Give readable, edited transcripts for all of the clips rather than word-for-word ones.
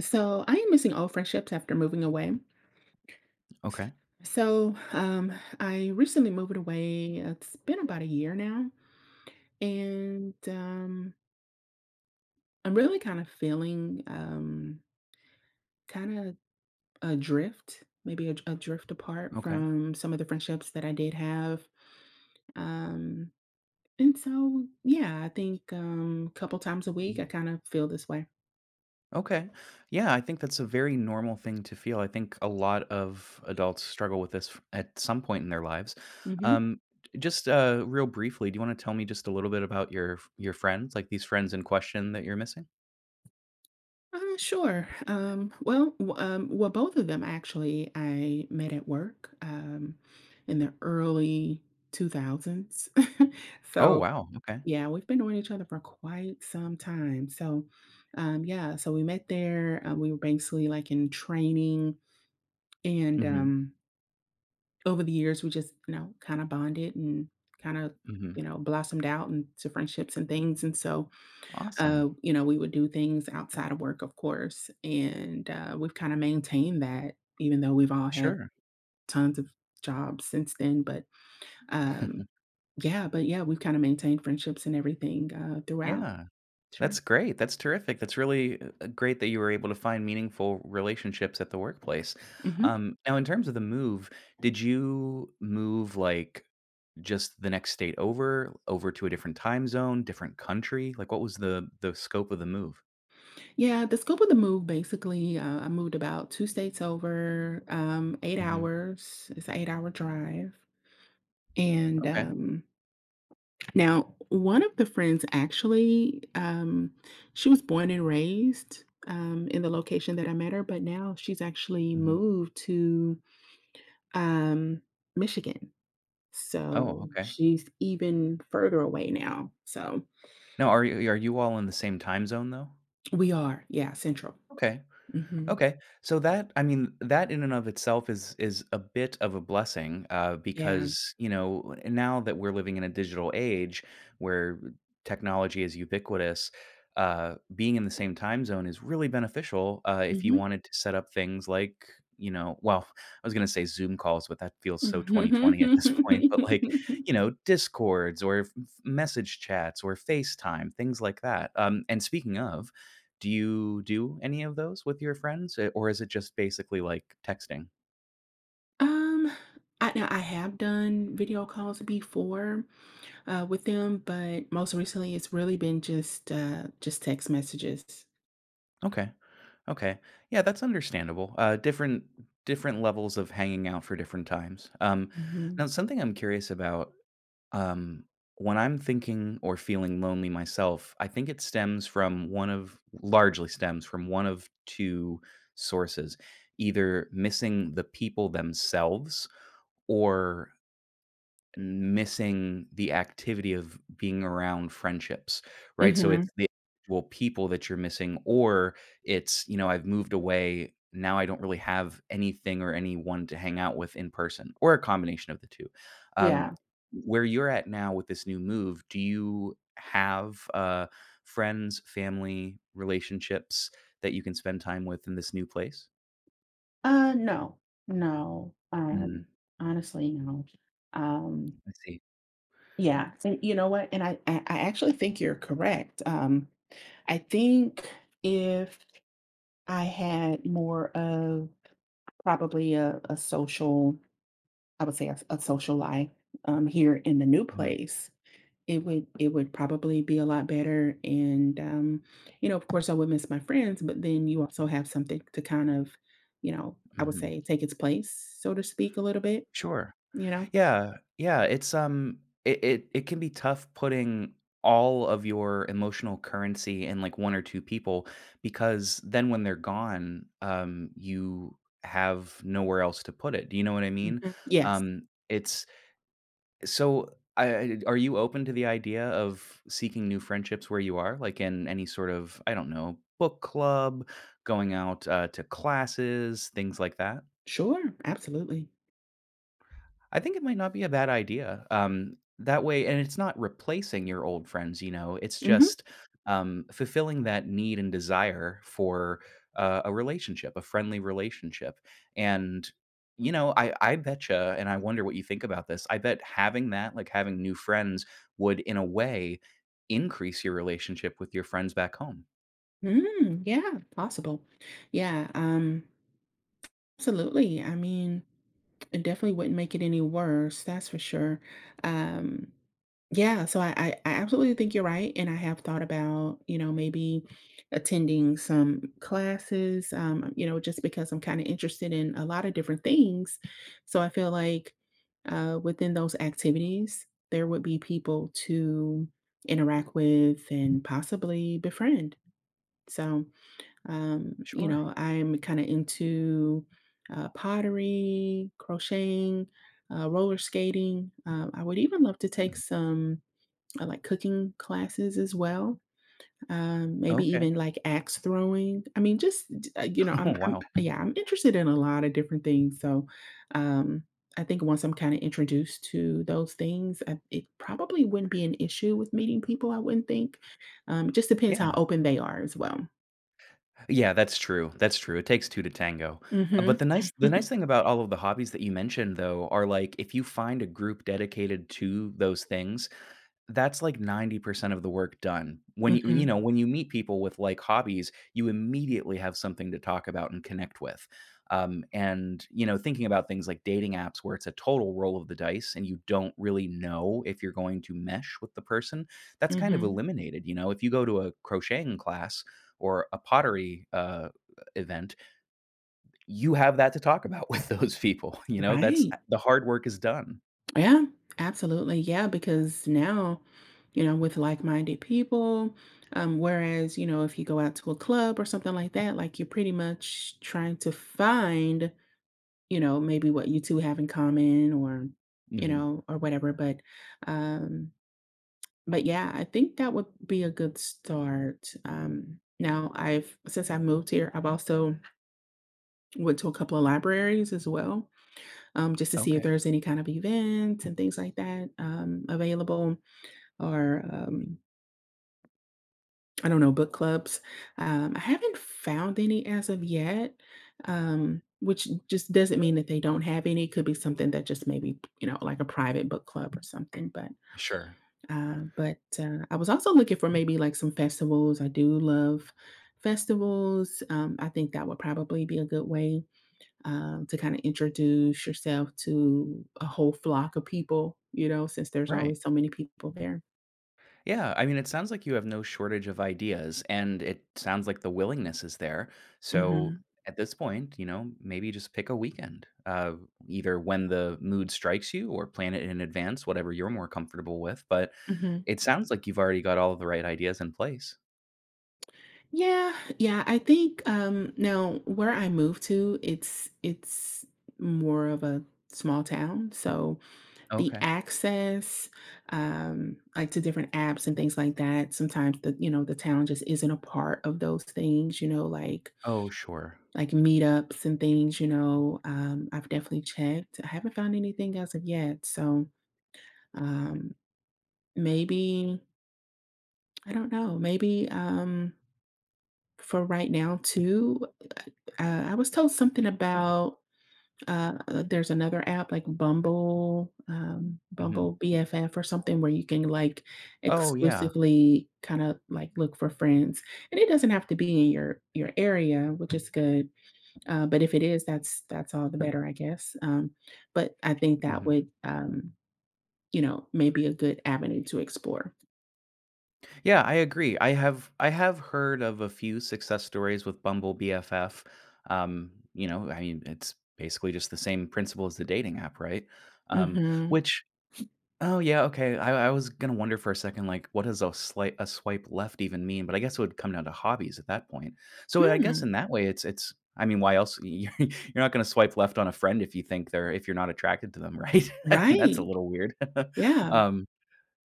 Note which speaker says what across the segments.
Speaker 1: So I am missing all friendships after moving away.
Speaker 2: Okay.
Speaker 1: So I recently moved away. It's been about a year now, and I'm really kind of feeling kind of adrift, adrift apart
Speaker 2: Okay.
Speaker 1: from some of the friendships that I did have. Um, yeah, I think a couple times a week
Speaker 2: Mm.
Speaker 1: I kind of feel this way.
Speaker 2: Okay. Yeah, I think that's a very normal thing to feel. I think a lot of adults struggle with this at some point in their lives.
Speaker 1: Mm-hmm.
Speaker 2: Um, just real briefly, do you want to tell me just a little bit about your your friends, like these friends in question that you're missing?
Speaker 1: Sure. Both of them actually I met at work in the early 2000s.
Speaker 2: Oh
Speaker 1: So,
Speaker 2: wow. Okay.
Speaker 1: yeah, we've been knowing each other for quite some time. Yeah, so we met there. We were basically like in training. And
Speaker 2: Mm-hmm.
Speaker 1: over the years, we just, you know, kind of bonded and kind of,
Speaker 2: Mm-hmm.
Speaker 1: you know, blossomed out into friendships and things.
Speaker 2: Awesome.
Speaker 1: You know, we would do things outside of work, of course, and, we've kinda maintained that even though we've all had
Speaker 2: Sure.
Speaker 1: tons of jobs since then, um yeah, but yeah, we've kinda maintained friendships and everything, throughout.
Speaker 2: Yeah. That's
Speaker 1: Sure.
Speaker 2: great. That's terrific. That's really great that you were able to find meaningful relationships at the workplace.
Speaker 1: Mhm.
Speaker 2: Now, in terms of the move, did you move like just the next state over, over to a different time zone, different country? Like, what was the scope of the move?
Speaker 1: Yeah, the scope of the move, basically, I moved about 2 states over, 8
Speaker 2: Hmm.
Speaker 1: hours. It's an 8-hour drive, and,
Speaker 2: Okay.
Speaker 1: um now, one of the friends actually, she was born and raised in the location that I met her, but now she's actually
Speaker 2: Hmm.
Speaker 1: moved to um, Michigan.
Speaker 2: Oh,
Speaker 1: So
Speaker 2: okay.
Speaker 1: she's even further away now. So
Speaker 2: Now, are you all in the same time zone though?
Speaker 1: we are, yeah, central.
Speaker 2: Okay.
Speaker 1: Hmm.
Speaker 2: Okay. So that, I mean, that in and of itself is a bit of a blessing,
Speaker 1: Yeah.
Speaker 2: because, you know, now that we're living in a digital age where technology is ubiquitous, being in the same time zone is really beneficial, if you
Speaker 1: Hmm.
Speaker 2: wanted to set up things like, you know, well, I was gonna say Zoom calls, but that feels so 2020 at this point, but like, you know, Discords or message chats or FaceTime, things like that. And speaking of, do you do any of those with your friends, eh, or is it just basically like texting?
Speaker 1: um, I now I have done video calls before, with them, but most recently it's really been just text messages.
Speaker 2: Okay, okay. Yeah, that's understandable. Different levels of hanging out for different times. Now,
Speaker 1: Hmm.
Speaker 2: something I'm curious about, um, when I'm thinking or feeling lonely myself, I think it stems from one of, largely stems from one of two sources, either missing the people themselves or missing the activity of being around friendships, right? So it's
Speaker 1: Hmm.
Speaker 2: the actual people that you're missing, or it's, you know, I've moved away. Now I don't really have anything or anyone to hang out with in person, or a combination of the two. Um,
Speaker 1: Yeah.
Speaker 2: where you're at now with this new move, do you have friends, family, relationships that you can spend time with in this new place?
Speaker 1: No, no.
Speaker 2: Mm,
Speaker 1: Honestly, no. Um,
Speaker 2: I see.
Speaker 1: yeah. And you know what? And I actually think you're correct. I think if I had more of a social, I would say a social life here in the new
Speaker 2: Hmm.
Speaker 1: place, it would probably be a lot better, and, you know, of course, I would miss my friends, but then you also have something to you know, I would
Speaker 2: Hmm.
Speaker 1: say take its place, so to speak, a little bit,
Speaker 2: Sure.
Speaker 1: you know?
Speaker 2: Yeah, yeah, it's, it can be tough putting all of your emotional currency in, like, one or two people because then when they're gone, you have nowhere else to put it, do you know what I mean?
Speaker 1: Mhm. Yes.
Speaker 2: It's so, I are you open to the idea of seeking new friendships where you are? Like, in any sort of, I don't know, book club, going out, to classes, things like that?
Speaker 1: Sure, absolutely.
Speaker 2: I think it might not be a bad idea. That way, and it's not replacing your old friends, you know, it's
Speaker 1: Mhm.
Speaker 2: just fulfilling that need and desire for a relationship, a friendly relationship. And, you know, I betcha, and I wonder what you think about this. I bet having that, like having new friends, would in a way increase your relationship with your friends back home.
Speaker 1: Mm, yeah, possible. Yeah, absolutely. I mean, it definitely wouldn't make it any worse, that's for sure. Um, yeah, so I absolutely think you're right, and I have thought about, you know, maybe attending some classes, you know, just because I'm kind of interested in a lot of different things. So I feel like within those activities, there would be people to interact with and possibly befriend. So you
Speaker 2: Sure.
Speaker 1: know, I'm kind of into pottery, crocheting, roller skating. I would even love to
Speaker 2: Hmm.
Speaker 1: take some like cooking classes as well. Maybe
Speaker 2: Okay.
Speaker 1: even like axe throwing. I mean, you know,
Speaker 2: Oh,
Speaker 1: I'm, I'm
Speaker 2: wow.
Speaker 1: yeah, I'm interested in a lot of different things. So, um, I think once I'm kind of introduced to those things, it probably wouldn't be an issue with meeting people. I wouldn't think. Just depends how
Speaker 2: Yeah.
Speaker 1: open they are as well.
Speaker 2: Yeah, that's true, it takes two to tango, but
Speaker 1: Hmm.
Speaker 2: the nice thing about all of the hobbies that you mentioned, though, are, like, if you find a group dedicated to those things, that's like 90% of the work done. When you
Speaker 1: Mhm,
Speaker 2: know, when you meet people with like hobbies, you immediately have something to talk about and connect with. And you know, thinking about things like dating apps where it's a total roll of the dice and you don't really know if you're going to mesh with the person, that's kind of
Speaker 1: mhm.
Speaker 2: eliminated. You know, if you go to a crocheting class or a pottery event, you have that to talk about with those people. You know, that's
Speaker 1: Right.
Speaker 2: the hard work is done.
Speaker 1: Yeah, absolutely. Yeah, because now, you know, with like-minded people, whereas, you know, if you go out to a club or something like that, like, you're pretty much trying to find, you know, maybe what you 2 have in common or, you
Speaker 2: Hmm.
Speaker 1: know, or whatever, but, um but, yeah, I think that would be a good start. Now I've Since I moved here, I've also went to a couple of libraries as well. Just to see if
Speaker 2: Okay.
Speaker 1: there's any kind of events and things like that available or I don't know, book clubs. I haven't found any as of yet, which just doesn't mean that they don't have any. Could be something that just maybe, you know, like a private book club or something. But
Speaker 2: Sure.
Speaker 1: uh, but I was also looking for maybe like some festivals. I do love festivals. I think that would probably be a good way to kind of introduce yourself to a whole flock of people, you know, since there's
Speaker 2: Right.
Speaker 1: always so many people there.
Speaker 2: Yeah, I mean, it sounds like you have no shortage of ideas, and it sounds like the willingness is there. So
Speaker 1: Mhm,
Speaker 2: at this point, you know, maybe just pick a weekend, either when the mood strikes you or plan it in advance, whatever you're more comfortable with. But
Speaker 1: mhm.
Speaker 2: it sounds like you've already got all the right ideas in place.
Speaker 1: Yeah, yeah, I think, now where I moved to, it's more of a small town, so the
Speaker 2: Okay.
Speaker 1: access, like, to different apps and things like that, sometimes the you know, the town just isn't a part of those things, you know, like
Speaker 2: Oh, sure.
Speaker 1: Like meetups and things, you know, I've definitely checked. I haven't found anything as of yet. So um, maybe, I don't know, maybe for right now, too, I was told something about there's another app like Bumble,
Speaker 2: Hmm.
Speaker 1: Bumble BFF or something where you can like
Speaker 2: Oh, yeah.
Speaker 1: exclusively kind of like look for friends, and it doesn't have to be in your area, which is good. But if it is, that's all the better, I guess. But I think that
Speaker 2: Mhm.
Speaker 1: would, you know, maybe a good avenue to explore.
Speaker 2: Yeah, I agree. I have heard of a few success stories with Bumble BFF. You know, I mean, it's basically just the same principle as the dating app, right? Um,
Speaker 1: Mhm.
Speaker 2: which, oh yeah, okay. I was gonna wonder for a second, like, what does a swipe left even mean? But I guess it would come down to hobbies at that point. So I guess
Speaker 1: Hmm.
Speaker 2: in that way, it's. I mean, why else? You're not going to swipe left on a friend if you think they're, if you're not attracted to them, right? I mean, that's a
Speaker 1: Right.
Speaker 2: little weird.
Speaker 1: Yeah.
Speaker 2: um,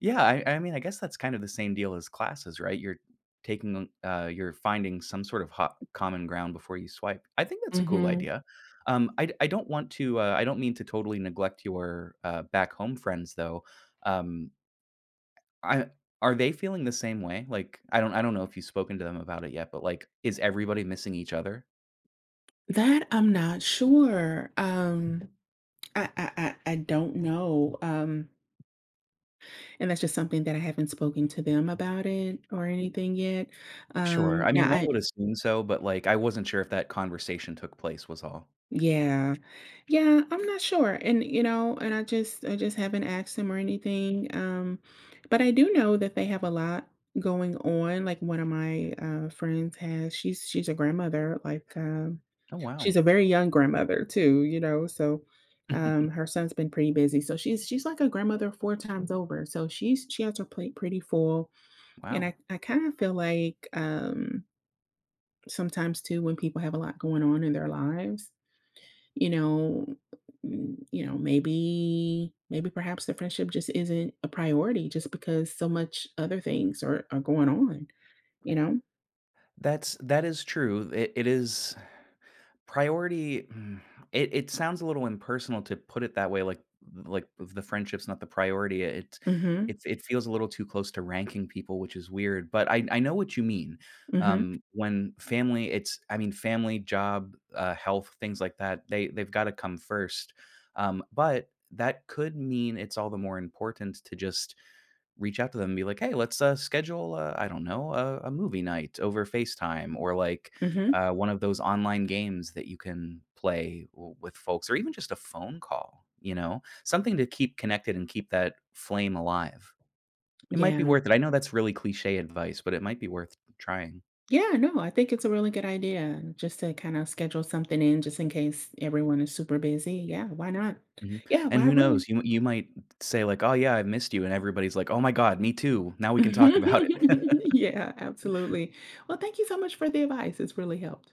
Speaker 2: yeah, I mean, I guess that's kind of the same deal as classes, right? You're taking, you're finding some sort of hot common ground before you swipe. I think that's a cool
Speaker 1: Mhm.
Speaker 2: idea. I don't want to, I don't mean to totally neglect your back home friends though. Um, I Are they feeling the same way? Like, I don't know if you've spoken to them about it yet, but like, is everybody missing each other?
Speaker 1: That I'm not sure. I don't know. And that's just something that I haven't spoken to them about it or anything yet.
Speaker 2: Sure. I
Speaker 1: Now
Speaker 2: mean, one
Speaker 1: I
Speaker 2: would assume so, but like, I wasn't sure if that conversation took place was all.
Speaker 1: Yeah. Yeah, I'm not sure. And you know, and I just haven't asked them or anything. But I do know that they have a lot going on. Like one of my friends has she's a grandmother,
Speaker 2: Oh wow,
Speaker 1: she's a very young grandmother too, you know. So her son's been pretty busy. So she's like a grandmother four times over. So she has her plate pretty full. And
Speaker 2: wow.
Speaker 1: I kind of feel like sometimes too when people have a lot going on in their lives you know, you know, maybe perhaps the friendship just isn't a priority just because so much other things are going on, you know?
Speaker 2: That is true. It is priority. It sounds a little impersonal to put it that way. Like the friendship's not the priority.
Speaker 1: Mhm.
Speaker 2: It feels a little too close to ranking people, which is weird. But I know what you mean.
Speaker 1: Mhm.
Speaker 2: When family, it's, I mean, family, job, health, things like that. They've got to come first. But that could mean it's all the more important to just reach out to them and be like, "Hey, let's, schedule, I don't know, a movie night over FaceTime," or, like,
Speaker 1: Mhm.
Speaker 2: one of those online games that you can play w with folks, or even just a phone call, you know? Something to keep connected and keep that flame alive. It might be
Speaker 1: Yeah.
Speaker 2: worth it. I know that's really cliche advice, but it might be worth trying.
Speaker 1: Yeah, no, I think it's a really good idea just to kind of schedule something in just in case everyone is super busy. Yeah, why not?
Speaker 2: Mhm,
Speaker 1: Yeah,
Speaker 2: and
Speaker 1: why
Speaker 2: who
Speaker 1: really?
Speaker 2: knows? You might say like, "Oh, yeah, I missed you," and everybody's like, "Oh my god, me too. Now we can talk about it."
Speaker 1: Yeah, absolutely. Well, thank you so much for the advice. It's really helped.